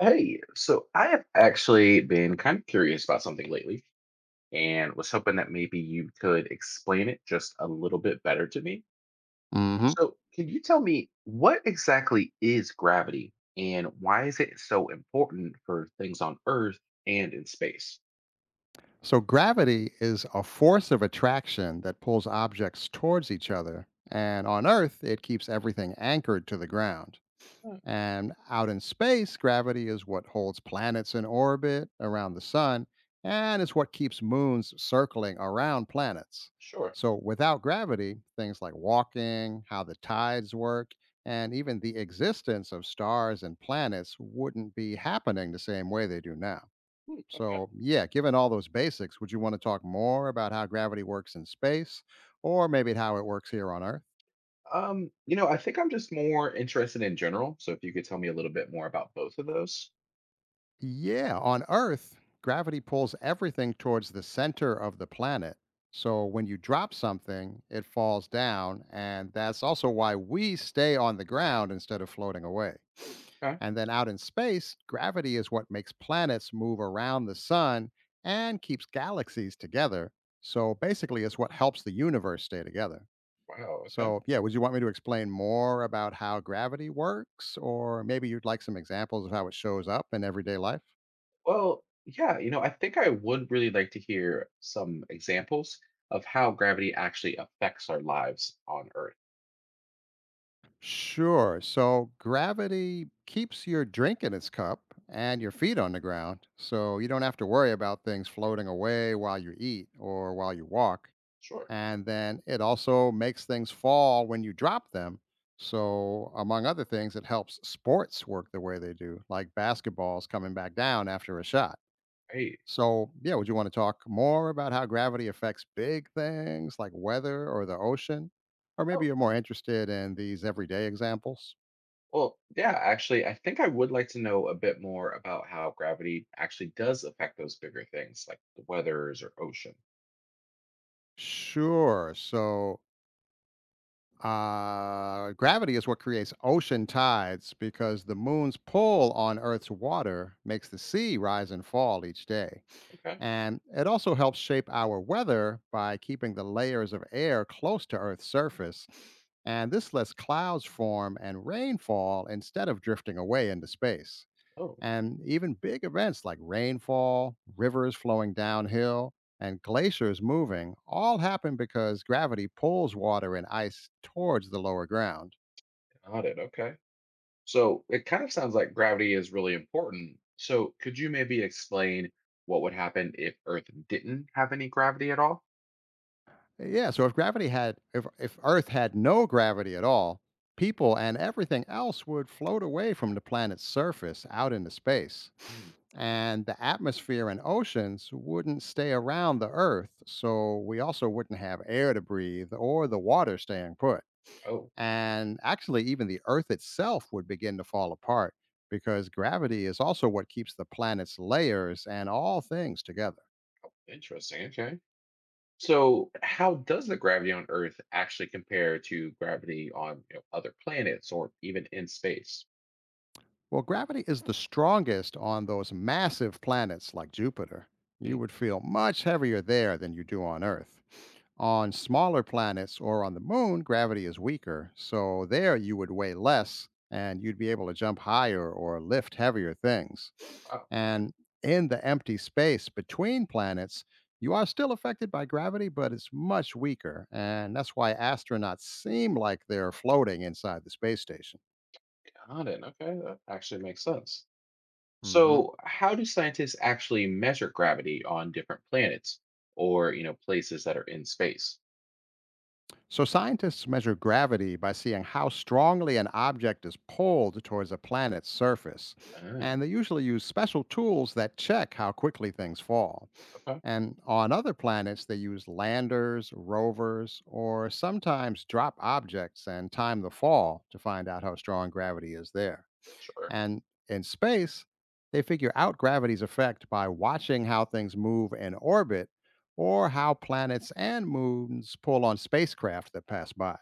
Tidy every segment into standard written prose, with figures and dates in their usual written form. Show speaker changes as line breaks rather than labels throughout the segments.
Hey, so I have actually been kind of curious about something lately and was hoping that maybe you could explain it just a little bit better to me.
hmm
So, can you tell me what exactly is gravity and why is it so important for things on Earth and in space?
So, gravity is a force of attraction that pulls objects towards each other. And on Earth, it keeps everything anchored to the ground.
Uh,
And out in space, gravity is what holds planets in orbit around the sun, and it's what keeps moons circling around planets.
Sure.
So, without gravity, things like walking, how the tides work, and even the existence of stars and planets wouldn't be happening the same way they do now.
Hmm, okay.
So, yeah, given all those basics, would you want to talk more about how gravity works in space or maybe how it works here on Earth?
I think I'm just more interested in general. So if you could tell me a little bit more about both of those.
Yeah, on Earth, gravity pulls everything towards the center of the planet. So when you drop something, it falls down. And that's also why we stay on the ground instead of floating away.
Okay.
And then out in space, gravity is what makes planets move around the sun and keeps galaxies together. So basically, it's what helps the universe stay together.
Wow. Okay.
So, yeah, would you want me to explain more about how gravity works? Or maybe you'd like some examples of how it shows up in everyday life?
Well, yeah, I think I would really like to hear some examples of how gravity actually affects our lives on Earth.
Sure. So, gravity keeps your drink in its cup and your feet on the ground. So, you don't have to worry about things floating away while you eat or while you walk.
Sure.
And then it also makes things fall when you drop them. So, among other things, it helps sports work the way they do, like basketballs coming back down after a shot.
Hey.
So, yeah, would you want to talk more about how gravity affects big things like weather or the ocean? Or maybe
Oh,
you're more interested in these everyday examples?
well, yeah, actually, I think I would like to know a bit more about how gravity actually does affect those bigger things like the weathers or ocean.
Sure. So, gravity is what creates ocean tides because the moon's pull on Earth's water makes the sea rise and fall each day.
Okay.
And it also helps shape our weather by keeping the layers of air close to Earth's surface. And this lets clouds form and rain fall instead of drifting away into space.
Oh,
And even big events like rainfall, rivers flowing downhill, and glaciers moving all happen because gravity pulls water and ice towards the lower ground.
got it. Okay. So it kind of sounds like gravity is really important. So could you maybe explain what would happen if Earth didn't have any gravity at all?
Yeah, so if Earth had no gravity at all, people and everything else would float away from the planet's surface out into space.
Hmm.
And the atmosphere and oceans wouldn't stay around the Earth, so we also wouldn't have air to breathe or the water staying put.
Oh,
And actually, even the Earth itself would begin to fall apart because gravity is also what keeps the planet's layers and all things together.
interesting. Okay. So, how does the gravity on Earth actually compare to gravity on, other planets or even in space?
Well, gravity is the strongest on those massive planets like Jupiter. You
Hmm.
would feel much heavier there than you do on Earth. On smaller planets or on the moon, gravity is weaker. So there you would weigh less and you'd be able to jump higher or lift heavier things.
Wow,
And in the empty space between planets, you are still affected by gravity, but it's much weaker. And that's why astronauts seem like they're floating inside the space station.
got it. Okay, that actually makes sense.
hmm
So, how do scientists actually measure gravity on different planets or, places that are in space?
So, scientists measure gravity by seeing how strongly an object is pulled towards a planet's surface.
Ah,
And they usually use special tools that check how quickly things fall.
okay,
And on other planets, they use landers, rovers, or sometimes drop objects and time the fall to find out how strong gravity is there.
sure.
And in space, they figure out gravity's effect by watching how things move in orbit or how planets and moons pull on spacecraft that pass by.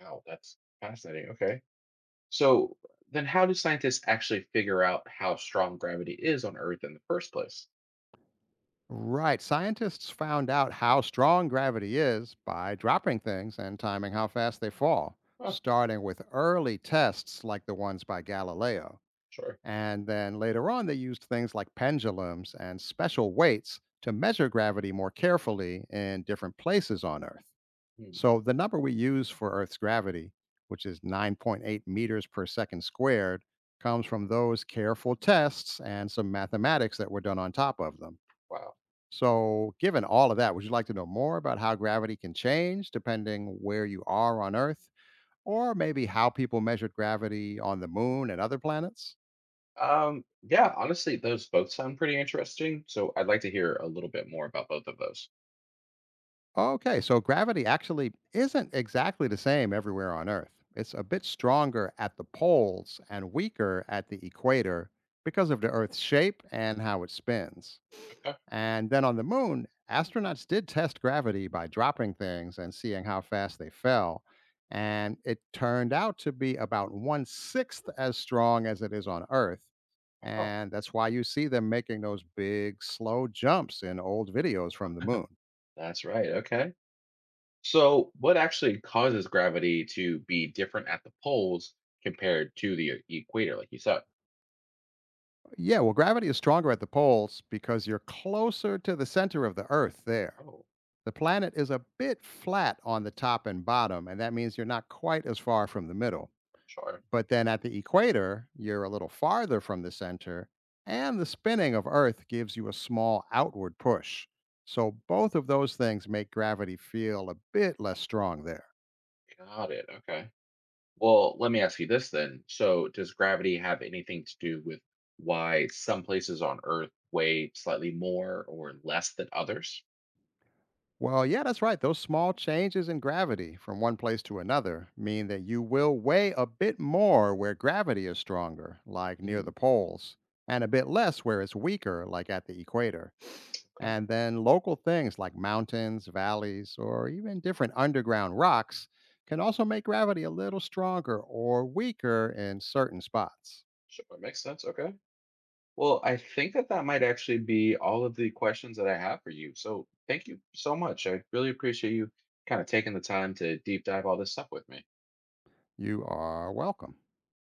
Wow, that's fascinating. Okay, so then how do scientists actually figure out how strong gravity is on Earth in the first place?
Right. Scientists found out how strong gravity is by dropping things and timing how fast they fall,
Oh,
starting with early tests like the ones by Galileo.
sure.
And then later on, they used things like pendulums and special weights to measure gravity more carefully in different places on Earth.
Hmm,
So the number we use for Earth's gravity, which is 9.8 meters per second squared, comes from those careful tests and some mathematics that were done on top of them.
wow.
So, given all of that, would you like to know more about how gravity can change depending where you are on Earth, or maybe how people measured gravity on the moon and other planets?
Yeah, honestly, those both sound pretty interesting. So I'd like to hear a little bit more about both of those.
Okay, so gravity actually isn't exactly the same everywhere on Earth. It's a bit stronger at the poles and weaker at the equator because of the Earth's shape and how it spins.
Okay.
And then on the moon, astronauts did test gravity by dropping things and seeing how fast they fell. And it turned out to be about one sixth as strong as it is on Earth.
Wow.
And that's why you see them making those big, slow jumps in old videos from the moon.
That's right. Okay. So what actually causes gravity to be different at the poles compared to the equator, like you said?
Yeah, well, gravity is stronger at the poles because you're closer to the center of the Earth there.
Oh,
The planet is a bit flat on the top and bottom, and that means you're not quite as far from the middle.
sure.
But then at the equator, you're a little farther from the center, and the spinning of Earth gives you a small outward push. So both of those things make gravity feel a bit less strong there.
Got it. Okay. Well, let me ask you this then. So does gravity have anything to do with why some places on Earth weigh slightly more or less than others?
Well, yeah, that's right. Those small changes in gravity from one place to another mean that you will weigh a bit more where gravity is stronger, like near the
Mm,
poles, and a bit less where it's weaker, like at the equator.
okay.
And then local things like mountains, valleys, or even different underground rocks can also make gravity a little stronger or weaker in certain spots.
Sure. Makes sense. Okay. Well, I think that that might actually be all of the questions that I have for you. So thank you so much. I really appreciate you kind of taking the time to deep dive all this stuff with me.
You are welcome.